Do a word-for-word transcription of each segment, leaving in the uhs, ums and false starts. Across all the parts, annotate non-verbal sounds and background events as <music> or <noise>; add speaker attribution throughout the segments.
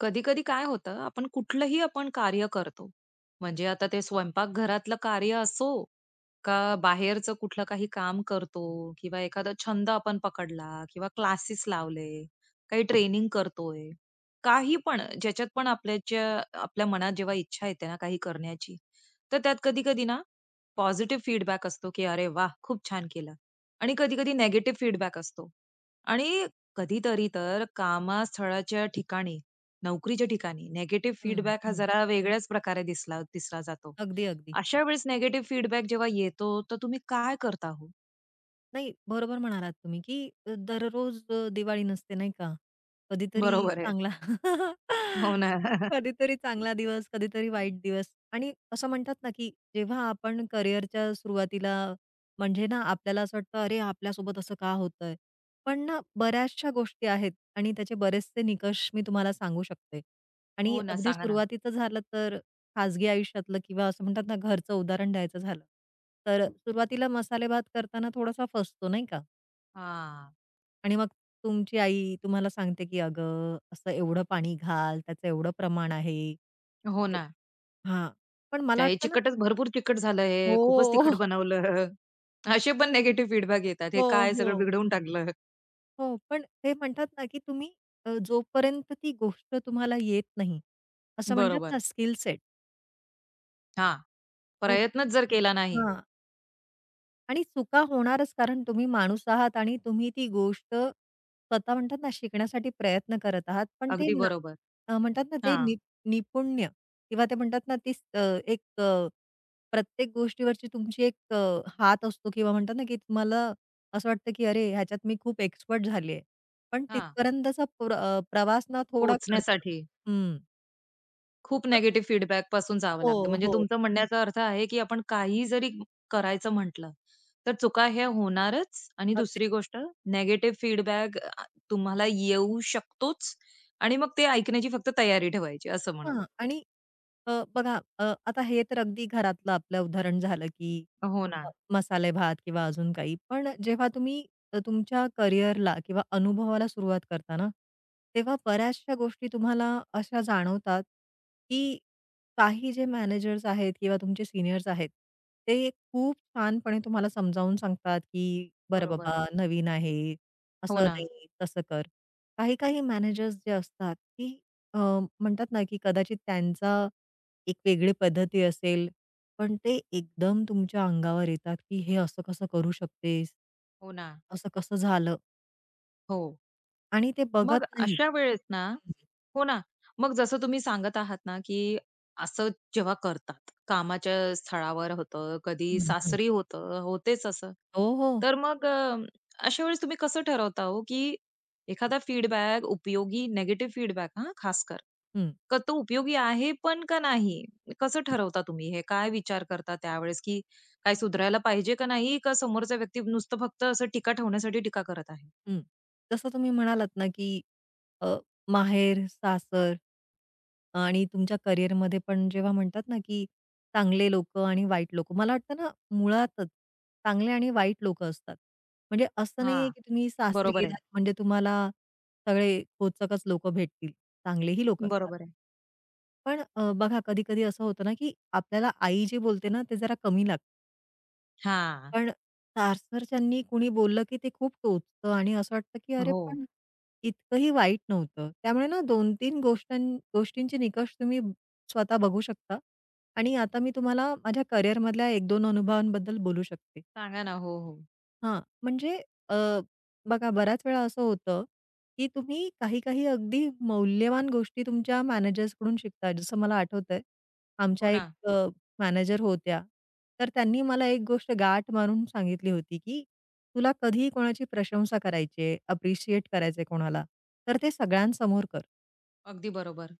Speaker 1: कधी-कधी काय होतं, आपण कुठलंही आपण कार्य करतो. म्हणजे आता ते स्वयंपाक घरातलं कार्य असो, का बाहेरचं कुठलं काही काम करतो किंवा एखादा छंद आपण पकडला किंवा क्लासेस लावले, काही ट्रेनिंग करतोय. काही पण ज्याच्यात पण आपल्याच्या आपल्या मनात जेव्हा इच्छा येते ना काही करण्याची, तर त्यात कधी-कधी ना पॉझिटिव्ह फीडबॅक असतो, की "अरे वाह! खूप छान केलं" आणि कधी-कधी निगेटिव्ह फीडबॅक असतो. आणि कधीतरी तर कामस्थळाच्या ठिकाणी नोकरीच्या ठिकाणी निगेटिव्ह
Speaker 2: हं,
Speaker 1: फीडबॅक हा
Speaker 2: हं.
Speaker 1: जरा वेगळ्याच प्रकारे दिसला दिसला जातो.
Speaker 2: अगदी, अगदी.
Speaker 1: अशा वेळेस निगेटिव्ह फीडबॅक जेव्हा येतो, तर तुम्ही काय करता हो?
Speaker 2: नाही, बरोबर म्हणालात तुम्ही, की अ, दररोज अ, दिवाळी नसते, नाही का? कधीतरी
Speaker 1: बरोबर आहे.
Speaker 2: चांगला
Speaker 1: हो
Speaker 2: <laughs>
Speaker 1: ना. <laughs>
Speaker 2: कधीतरी चांगला दिवस, कधीतरी वाईट दिवस. आणि असं म्हणतात ना, की जेव्हा आपण करिअरच्या सुरुवातीला म्हणजे ना, आपल्याला असं वाटतं, "अरे, आपल्यासोबत असं का होतंय?" पण ना, बऱ्याचशा गोष्टी आहेत आणि त्याचे बरेचसे निकष मी तुम्हाला सांगू शकते. आणि
Speaker 1: हो ना,
Speaker 2: अगदी
Speaker 1: सांगा ना.
Speaker 2: सुरुवातीचं झालं तर खाजगी आयुष्यातलं किंवा असं म्हणतात ना घरचं उदाहरण द्यायचं झालं, तर सुरुवातीला मसाले भात करताना थोडासा फसतो नाही का?
Speaker 1: हां.
Speaker 2: आणि मग तुमची आई तुम्हाला सांगते, की "अगं, असं एवढं पाणी घाल, त्याचं एवढं प्रमाण आहे."
Speaker 1: हो ना.
Speaker 2: हां. पण मला
Speaker 1: त्या हे
Speaker 2: वाटतं ना.
Speaker 1: चिकटच भरपूर चिकट झालं हे, खूपच तिखट
Speaker 2: हो,
Speaker 1: बनवलं. असे पण निगेटिव्ह फीडबॅक येतात. हे
Speaker 2: हो,
Speaker 1: काय सगळं
Speaker 2: हो,
Speaker 1: बिघडवून टाकलं.
Speaker 2: हो. पण ते म्हणतात ना, की तुम्ही अ, जोपर्यंत ती गोष्ट तुम्हाला येत नाही, असं म्हणतात ना
Speaker 1: बरोबर.
Speaker 2: Skill set.
Speaker 1: हां. प्रयत्नच जर केला नाही.
Speaker 2: आणि चुका होणारच कारण तुम्ही माणूस आहात आणि तुम्ही ती गोष्ट स्वतः म्हणतात ना शिकण्यासाठी प्रयत्न करत आहात. पण ते
Speaker 1: अगदी
Speaker 2: ना
Speaker 1: बरोबर.
Speaker 2: अ, म्हणतात ना ते
Speaker 1: हां.
Speaker 2: नि निपुण्य किंवा ते म्हणतात ना ती स- अ, एक अ, प्रत्येक गोष्टीवरची तुमची एक अ, हात असतो किंवा म्हणतात ना की तुम्हाला असं वाटतं की अरे ह्याच्यात मी खूप एक्सपर्ट झाली आहे. पण
Speaker 1: हां.
Speaker 2: तिथपर्यंतचा प्र अ, प्रवास ना थोडा खडतर.
Speaker 1: पोहोचण्यासाठी.
Speaker 2: हं.
Speaker 1: खूप
Speaker 2: मग
Speaker 1: निगेटिव्ह फीडबॅक पासून जावं लागतं.
Speaker 2: हो,
Speaker 1: म्हणजे
Speaker 2: हो.
Speaker 1: तुमचं हं. म्हणण्याचा अर्थ आहे, की आपण काही जरी करायचं म्हटलं, तर चुका ह्या होणारच आणि
Speaker 2: अगदी.
Speaker 1: दुसरी गोष्ट निगेटिव्ह फीडबॅक तुम्हाला येऊ शकतोच आणि मग ते ऐकण्याची फक्त तयारी ठेवायची असं म्हणून.
Speaker 2: हां. आणि अ, बघा अ, आता हे तर अगदी घरातलं आपलं उदाहरण झालं, की
Speaker 1: हो ना.
Speaker 2: अ, मसाले भात किंवा अजून काही. पण जेव्हा तुम्ही अ, तुमच्या करिअरला किंवा अनुभवाला सुरुवात करता ना, तेव्हा बऱ्याचशा गोष्टी तुम्हाला अशा जाणवतात, की काही जे मॅनेजर्स आहेत किंवा तुमचे सीनियर्स आहेत, ते खूप छानपणे तुम्हाला समजावून सांगतात, की "बरं
Speaker 1: बरोबर.
Speaker 2: बाबा, नवीन आहे,
Speaker 1: हो
Speaker 2: असं
Speaker 1: ना.
Speaker 2: नाही, तसं कर." काही-काही मॅनेजर्स जे असतात, की अ, म्हणतात ना, की कदाचित त्यांचा एक वेगळी पद्धती असेल, पण ते एकदम तुमच्या अंगावर येतात, की "हे असं कसं करू शकतेस?
Speaker 1: हो ना.
Speaker 2: असं कसं झालं?"
Speaker 1: हो.
Speaker 2: आणि ते बघत
Speaker 1: मग
Speaker 2: नाहीत.
Speaker 1: अशा वेळेस ना.
Speaker 2: हं,
Speaker 1: हो ना. मग जसं तुम्ही सांगत आहात ना, की असं जेव्हा करतात, कामाच्या स्थळावर होतं, कधी
Speaker 2: हं. हं,
Speaker 1: सासरी होतं, होतेच असं.
Speaker 2: हो, हो.
Speaker 1: तर मग अ, अशा वेळेस तुम्ही कसं ठरवता हो, की एखादा फीडबॅक उपयोगी निगेटिव्ह फीडबॅक हां, खासकर.
Speaker 2: हं,
Speaker 1: का तो उपयोगी आहे पण का नाही? कसं ठरवता तुम्ही हे? काय विचार करता त्यावेळेस, की काय सुधारायला पाहिजे का नाही? का समोरचा व्यक्ती नुसतं फक्त असं टीका ठेवण्यासाठी टीका करत आहे?
Speaker 2: हं. जसं तुम्ही म्हणालात ना, की अ, माहेर, सासर आणि तुमच्या करिअरमध्ये पण जेव्हा म्हणतात ना, की चांगले लोक आणि वाईट लोकं. मला वाटतं ना, मुळातच चांगले आणि वाईट लोकं असतात. म्हणजे असं नाहीये,
Speaker 1: हां,
Speaker 2: की तुम्ही सासरी
Speaker 1: बरोबर आहे.
Speaker 2: गेलात म्हणजे तुम्हाला सगळे खोचकच लोकं भेटतील. चांगलेही लोकं असतात.
Speaker 1: बरोबर आहे.
Speaker 2: पण अ, बघा कधी-कधी असं होतं ना, की आपल्याला आई जे बोलते ना, ते जरा कमी लागतं.
Speaker 1: हां,
Speaker 2: पण तारसर त्यांनी कुणी बोललं, की ते खूप टोचतं आणि असं वाटतं, की अरे
Speaker 1: हो.
Speaker 2: पण इतकंही वाईट नव्हतं. त्यामुळे ना दोन तीन गोष्टां गोष्टींचे निकष तुम्ही स्वतः बघू शकता. आणि आता मी तुम्हाला माझ्या करिअरमधल्या एक दोन अनुभवांबद्दल बोलू शकते.
Speaker 1: सांगा ना. हो, हो.
Speaker 2: हां, म्हणजे अ, बघा बऱ्याच वेळा असं होतं, की तुम्ही काही-काही अगदी मौल्यवान गोष्टी तुमच्या मॅनेजर्सकडून शिकता. जसं मला आठवतंय,
Speaker 1: हो
Speaker 2: आमच्या एक
Speaker 1: ना.
Speaker 2: अ, मॅनेजर होत्या. तर त्यांनी मला एक गोष्ट गाठ मारून सांगितली होती, की "तुला कधीही कोणाची प्रशंसा करायची आहे, अप्रिशिएट करायचंय कोणाला, तर ते सगळ्यांसमोर कर."
Speaker 1: अगदी बरोबर.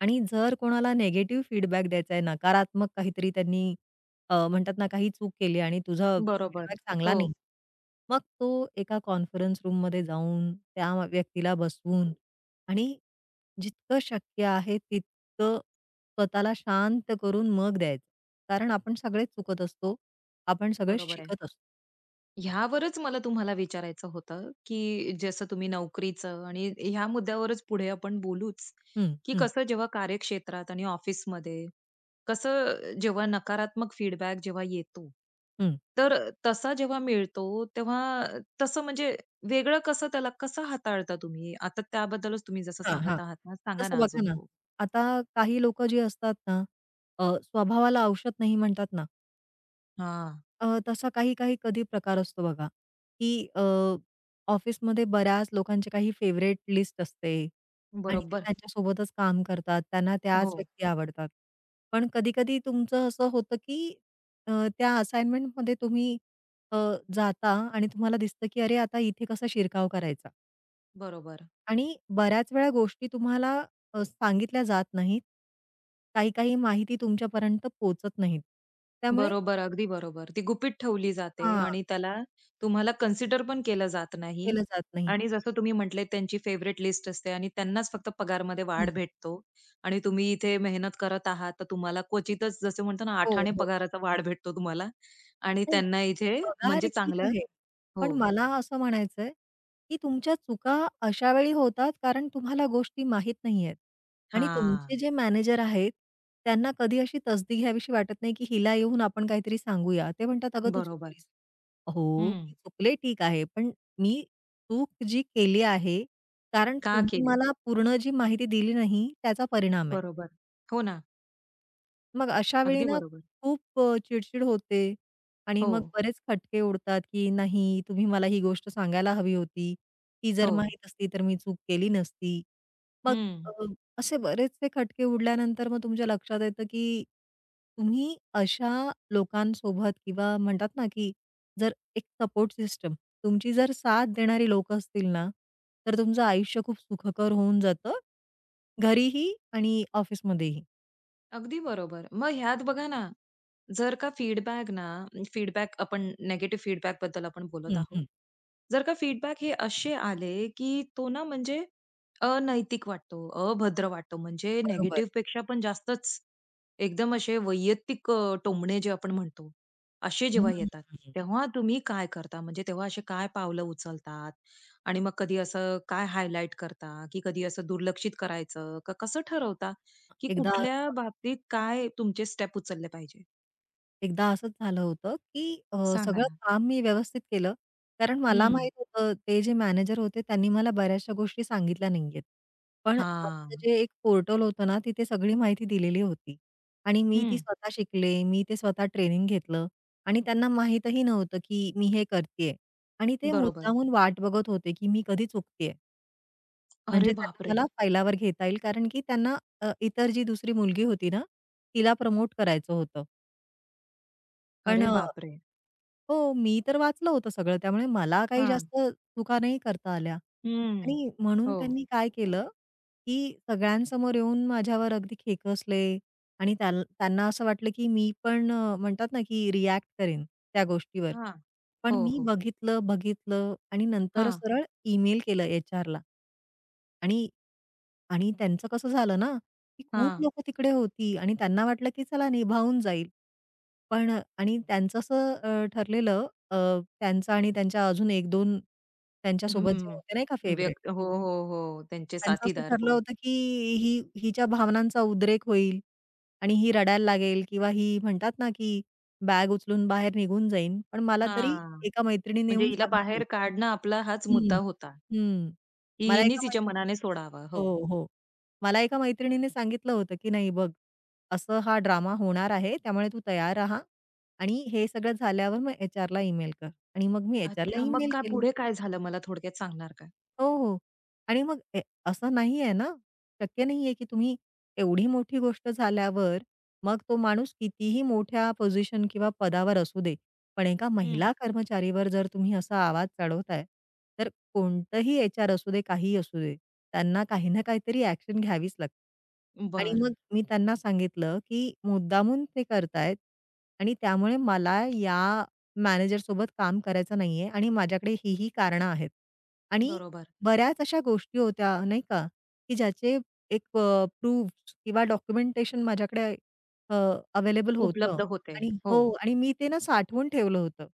Speaker 2: आणि जर कोणाला निगेटिव्ह फीडबॅक द्यायचा आहे, नकारात्मक काहीतरी त्यांनी अ, म्हणतात ना, काही चूक केली आणि तुझा
Speaker 1: बरोबर.
Speaker 2: फीडबॅक चांगला
Speaker 1: हो,
Speaker 2: नाही. मग तो एका कॉन्फरन्स रूममध्ये जाऊन, त्या व्यक्तीला बसवून आणि जितकं शक्य आहे तितकं स्वतःला शांत करून मग द्यायचं. कारण आपण सगळेच चुकत असतो. आपण सगळे
Speaker 1: बरोबर आहे.
Speaker 2: शिकत असतो.
Speaker 1: ह्यावरच मला तुम्हाला विचारायचं होतं, की जसं तुम्ही नोकरीचं आणि ह्या मुद्द्यावरच पुढे आपण बोलूच,
Speaker 2: हं,
Speaker 1: की
Speaker 2: हं,
Speaker 1: कसं जेव्हा कार्यक्षेत्रात आणि ऑफिसमध्ये कसं जेव्हा नकारात्मक फीडबॅक जेव्हा येतो,
Speaker 2: हं.
Speaker 1: तर तसा जेव्हा मिळतो तेव्हा तसं म्हणजे वेगळं कसं त्याला कसं हाताळता तुम्ही? आता त्याबद्दलच तुम्ही जसं
Speaker 2: हां, हां.
Speaker 1: सांगत आहात ना, सांगा
Speaker 2: तसं
Speaker 1: ना
Speaker 2: बघा
Speaker 1: अजून?
Speaker 2: ना,
Speaker 1: हो.
Speaker 2: आता काही लोकं जी असतात ना, अ, स्वभावाला औषध नाही म्हणतात ना.
Speaker 1: हां.
Speaker 2: अ, तसा काही काही कधी प्रकार असतो बघा, की अ, ऑफिसमध्ये बऱ्याच लोकांचे काही फेवरेट लिस्ट असते आणि ते
Speaker 1: बरोबर.
Speaker 2: त्यांच्यासोबतच काम करतात. त्यांना त्याच
Speaker 1: हो,
Speaker 2: व्यक्ती आवडतात. पण कधी-कधी तुमचं असं होतं, की अ, त्या असाइनमेंटमध्ये तुम्ही अ, जाता आणि तुम्हाला दिसतं, की अरे आता इथे कसा शिरकाव करायचा?
Speaker 1: बरोबर.
Speaker 2: आणि बऱ्याच वेळा गोष्टी तुम्हाला अ, सांगितल्या जात नाहीत. काही काही माहिती तुमच्यापर्यंत पोहोचत नाहीत. त्यामुळे
Speaker 1: बरोबर, अगदी बरोबर. ती गुपित ठेवली जाते
Speaker 2: हां,
Speaker 1: आणि त्याला तुम्हाला कन्सिडर पण केलं जात नाही
Speaker 2: केलं जात नाही.
Speaker 1: आणि जसं तुम्ही म्हटले त्यांची फेव्हरेट लिस्ट असते आणि त्यांनाच फक्त पगारमध्ये वाढ भेटतो आणि तुम्ही इथे मेहनत करत आहात, तर तुम्हाला क्वचितच जसं म्हणतो ना,
Speaker 2: हो,
Speaker 1: आठ आने
Speaker 2: हो.
Speaker 1: पगाराचा वाढ भेटतो तुम्हाला आणि
Speaker 2: नाही,
Speaker 1: त्यांना इथे
Speaker 2: पगार
Speaker 1: म्हणजे
Speaker 2: ठीक
Speaker 1: चांगलं.
Speaker 2: आहे.
Speaker 1: हो.
Speaker 2: पण मला असं म्हणायचंय, की तुमच्या चुका अशा वेळी होतात कारण तुम्हाला गोष्टी माहीत नाहीयेत आणि तुमचे
Speaker 1: हां,
Speaker 2: जे मॅनेजर आहेत, त्यांना कधी अशी तसदी घ्यावीशी वाटत नाही, की हिला येऊन आपण काहीतरी सांगूया. ते म्हणतात, "अगं, तू
Speaker 1: बरोबर.
Speaker 2: चुकलीस." "हो,
Speaker 1: हं.
Speaker 2: मी चुकले ठीक आहे, पण मी चूक जी केली आहे कारण
Speaker 1: का
Speaker 2: तुम्ही
Speaker 1: केली?
Speaker 2: मला पूर्ण जी माहिती दिली नाही त्याचा परिणाम आहे."
Speaker 1: बरोबर. हो ना,
Speaker 2: मग अशा वेळी
Speaker 1: अगदी
Speaker 2: ना
Speaker 1: बरोबर.
Speaker 2: खूप अ, चिडचिड होते आणि
Speaker 1: हो,
Speaker 2: मग बरेच खटके उडतात, की नाही तुम्ही मला ही गोष्ट सांगायला हवी होती. ती जर
Speaker 1: हो.
Speaker 2: माहीत असती तर मी चूक केली नसती. मग
Speaker 1: हं,
Speaker 2: अ, असे बरेचसे खटके उडल्यानंतर मग तुमच्या लक्षात येतं, की तुम्ही अशा लोकांसोबत किंवा म्हणतात ना, की जर एक सपोर्ट सिस्टम तुमची जर साथ देणारी लोकं असतील ना, तर तुमचं आयुष्य खूप सुखकर होऊन जातं. घरीही आणि ऑफिसमध्येही.
Speaker 1: अगदी बरोबर. मग ह्यात बघा ना जर का फीडबॅक ना फीडबॅक आपण निगेटिव्ह फीडबॅक बद्दल आपण बोलत
Speaker 2: हं,
Speaker 1: आहोत.
Speaker 2: हं.
Speaker 1: जर का फीडबॅक हे असे आले, की तो ना म्हणजे अनैतिक वाटतो, अभद्र वाटतो. म्हणजे
Speaker 2: बरोबर.
Speaker 1: नेगेटिव्ह पेक्षा पण जास्तच एकदम असे वैयक्तिक अ, टोमणे जे आपण म्हणतो, असे जेव्हा
Speaker 2: हं.
Speaker 1: येतात, तेव्हा तुम्ही काय करता? म्हणजे तेव्हा असे काय पावलं उचलतात? आणि मग कधी असं काय हायलाइट करता, की कधी असं दुर्लक्षित करायचं? का कसं ठरवता, की
Speaker 2: एकदा
Speaker 1: कुठल्या
Speaker 2: असं
Speaker 1: बाबतीत काय तुमचे स्टेप उचलले पाहिजे?
Speaker 2: एकदा असंच झालं होतं, की अ,
Speaker 1: सांगा
Speaker 2: सगळं
Speaker 1: ना.
Speaker 2: काम मी व्यवस्थित केलं. कारण मला
Speaker 1: हं.
Speaker 2: माहीत होतं ते जे मॅनेजर होते त्यांनी मला बऱ्याचशा गोष्टी सांगितल्या नाहीयेत. पण आमचं
Speaker 1: हां.
Speaker 2: जे एक पोर्टल होतं ना, तिथे सगळी माहिती दिलेली होती आणि मी ती
Speaker 1: हं.
Speaker 2: स्वतः शिकले. मी ते स्वतः ट्रेनिंग घेतलं आणि त्यांना माहीतही नव्हतं, की मी हे करतीये आणि ते
Speaker 1: बरोबर.
Speaker 2: मुद्दामून वाट बघत होते, की मी कधी चुकतीये.
Speaker 1: अरे
Speaker 2: म्हणजे त्यांना
Speaker 1: बापरे!
Speaker 2: मला फायलावर घेता येईल कारण की त्यांना अ, इतर जी दुसरी मुलगी होती ना, तिला प्रमोट करायचं होतं. पण
Speaker 1: अरे
Speaker 2: अ,
Speaker 1: बापरे!
Speaker 2: हो, मी तर वाचलं होतं सगळं. त्यामुळे मला काही
Speaker 1: हां.
Speaker 2: जास्त चुका नाही करता आल्या
Speaker 1: हं.
Speaker 2: आणि म्हणून
Speaker 1: हो.
Speaker 2: त्यांनी काय केलं, की सगळ्यांसमोर येऊन माझ्यावर अगदी खेकसले आणि त्याल त्यांना असं वाटलं, की मी पण अ, म्हणतात ना, की रिॲक्ट करेन त्या गोष्टीवर.
Speaker 1: हां.
Speaker 2: पण
Speaker 1: हो,
Speaker 2: मी
Speaker 1: हो.
Speaker 2: बघितलं, बघितलं आणि नंतर
Speaker 1: हां,
Speaker 2: सरळ ईमेल केलं एचआरला. आणि आणि त्यांचं कसं झालं ना, की खूप
Speaker 1: हां.
Speaker 2: लोकं तिकडे होती आणि त्यांना वाटलं की चला निभावून जाईल. पण आणि त्यांचं असं अ, ठरलेलं. अ, त्यांचं आणि त्यांच्या अजून एक दोन त्यांच्यासोबत जे होते नाही का
Speaker 1: हं.
Speaker 2: फेवरेट,
Speaker 1: व्यक्त हो, हो, हो. त्यांचे
Speaker 2: त्यांचं असं
Speaker 1: साथीदार.
Speaker 2: ठरलं
Speaker 1: हो.
Speaker 2: होतं की ही हिच्या भावनांचा उद्रेक होईल आणि ही रडायला लागेल किंवा ही म्हणतात ना की बॅग उचलून बाहेर निघून जाईन. पण मला तरी
Speaker 1: हां.
Speaker 2: एका मैत्रिणीने
Speaker 1: म्हणजे
Speaker 2: येऊन
Speaker 1: हिला
Speaker 2: सांगितलेलं.
Speaker 1: बाहेर काढणं आपला हाच मुद्दा
Speaker 2: हं,
Speaker 1: होता,
Speaker 2: हं.
Speaker 1: की
Speaker 2: मला एका
Speaker 1: हिनीच
Speaker 2: मै
Speaker 1: हिच्या मनाने सोडावा.
Speaker 2: हो,
Speaker 1: हो.
Speaker 2: हो. मला एका मैत्रिणीने सांगितलं होतं, की "नाही बघ, असं हा ड्रामा होणार आहे, त्यामुळे तू तयार राहा आणि हे सगळं झाल्यावर मग एचआरला ईमेल कर." आणि मग मी एचआरला
Speaker 1: अच्छा, मग
Speaker 2: ईमेल
Speaker 1: काय
Speaker 2: केली.
Speaker 1: पुढे काय झालं मला थोडक्यात सांगणार का?
Speaker 2: हो, हो. आणि मग ए असं नाही आहे ना, शक्य नाही आहे, की तुम्ही एवढी मोठी गोष्ट झाल्यावर मग तो माणूस कितीही मोठ्या पोझिशन किंवा पदावर असू दे, पण एका
Speaker 1: हं.
Speaker 2: महिला कर्मचारीवर जर तुम्ही असा आवाज चढवताय, तर कोणतंही एचआर असू दे, काहीही असू दे, त्यांना काही ना काहीतरी ॲक्शन घ्यावीच लागते. आणि
Speaker 1: बरं.
Speaker 2: मग मी त्यांना सांगितलं, की मुद्दामून ते करतायत आणि त्यामुळे मला या मॅनेजरसोबत काम करायचं नाहीये आणि माझ्याकडे ही, ही कारणं आहेत. आणि
Speaker 1: बरोबर.
Speaker 2: बऱ्याच अशा गोष्टी होत्या नाही का, की ज्याचे एक अ, प्रूफ्स किंवा डॉक्युमेंटेशन माझ्याकडे अवेलेबल होतं
Speaker 1: उपलब्ध होते.
Speaker 2: आणि
Speaker 1: हो.
Speaker 2: हो आणि मी ते ना साठवून ठेवलं होतं.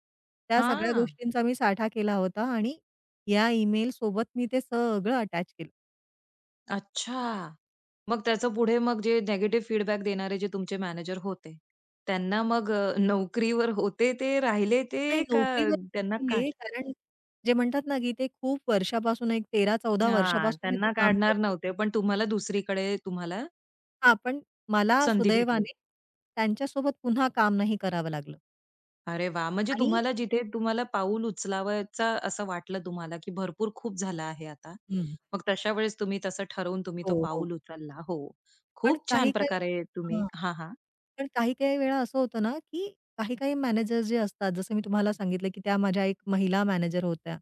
Speaker 2: त्या सगळ्या
Speaker 1: हां.
Speaker 2: गोष्टींचा मी साठा केला होता आणि या ईमेलसोबत मी ते सगळं अटॅच केलं.
Speaker 1: अच्छा! मग त्याचं पुढे मग जे निगेटिव्ह फीडबॅक देणारे जे तुमचे मॅनेजर होते, त्यांना मग अ, नोकरीवर होते ते राहिले
Speaker 2: नाही
Speaker 1: ते का
Speaker 2: नोकरीवर
Speaker 1: त्यांना काढ
Speaker 2: गेले कारण जे म्हणतात ना, की ते खूप वर्षापासून एक तेरा चौदा
Speaker 1: हां,
Speaker 2: वर्षापासून तिथे
Speaker 1: त्यांना
Speaker 2: काम
Speaker 1: काढणार
Speaker 2: करते.
Speaker 1: नव्हते, पण तुम्हाला दुसरीकडे तुम्हाला
Speaker 2: हां, पण मला
Speaker 1: संधी भेटली.
Speaker 2: सुदैवाने त्यांच्यासोबत पुन्हा काम नाही करावं लागलं.
Speaker 1: अरे वाह! म्हणजे
Speaker 2: आणि
Speaker 1: तुम्हाला जिथे तुम्हाला पाऊल उचलावायचा असं वाटलं तुम्हाला, की भरपूर खूप झालं आहे आता.
Speaker 2: हं.
Speaker 1: मग तशा वेळेस तुम्ही तसं ठरवून तुम्ही
Speaker 2: हो,
Speaker 1: तो
Speaker 2: हो.
Speaker 1: पाऊल उचलला. हो.
Speaker 2: पण
Speaker 1: खूप छान
Speaker 2: काही-काही.
Speaker 1: प्रकारे तुम्ही
Speaker 2: हां.
Speaker 1: हां, हां.
Speaker 2: पण काही-काही वेळा असं होतं ना, की काही-काही मॅनेजर जे असतात, जसं मी तुम्हाला सांगितलं, की त्या माझ्या एक महिला मॅनेजर होत्या.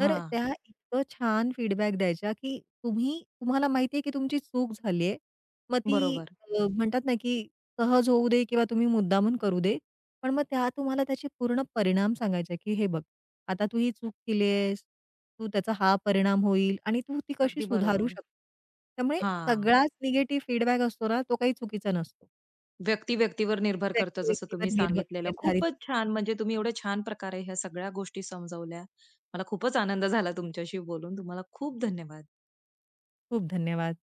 Speaker 2: तर त्या इतकं छान फीडबॅक द्यायच्या, की तुम्ही तुम्हाला माहिती आहे, की तुमची चूक झाली आहे. मग ती
Speaker 1: बरोबर.
Speaker 2: अ, म्हणतात ना, की सहज होऊ दे किंवा तुम्ही मुद्दामून करू दे. पण मग त्या तुम्हाला त्याचे पूर्ण परिणाम सांगायचे, की "हे बघ, आता तू ही चूक केली आहेस. तू त्याचा हा परिणाम होईल आणि तू ती कशी
Speaker 1: अगदी
Speaker 2: सुधारू
Speaker 1: बरोबर.
Speaker 2: शकतो." त्यामुळे
Speaker 1: हां.
Speaker 2: सगळाच निगेटिव्ह फीडबॅक असतो ना, तो काही चुकीचा नसतो.
Speaker 1: व्यक्ती व्यक्तीवर निर्भर करतं
Speaker 2: व्यक्ती
Speaker 1: जसं
Speaker 2: व्यक्तीवर
Speaker 1: तुम्ही
Speaker 2: निर्भ
Speaker 1: सांगितलेलं.
Speaker 2: निर्धारित
Speaker 1: खूपच
Speaker 2: असतं.
Speaker 1: छान म्हणजे तुम्ही एवढ्या छान प्रकारे ह्या सगळ्या गोष्टी समजावल्या. मला खूपच आनंद झाला तुमच्याशी बोलून. तुम्हाला खूप धन्यवाद.
Speaker 2: खूप धन्यवाद.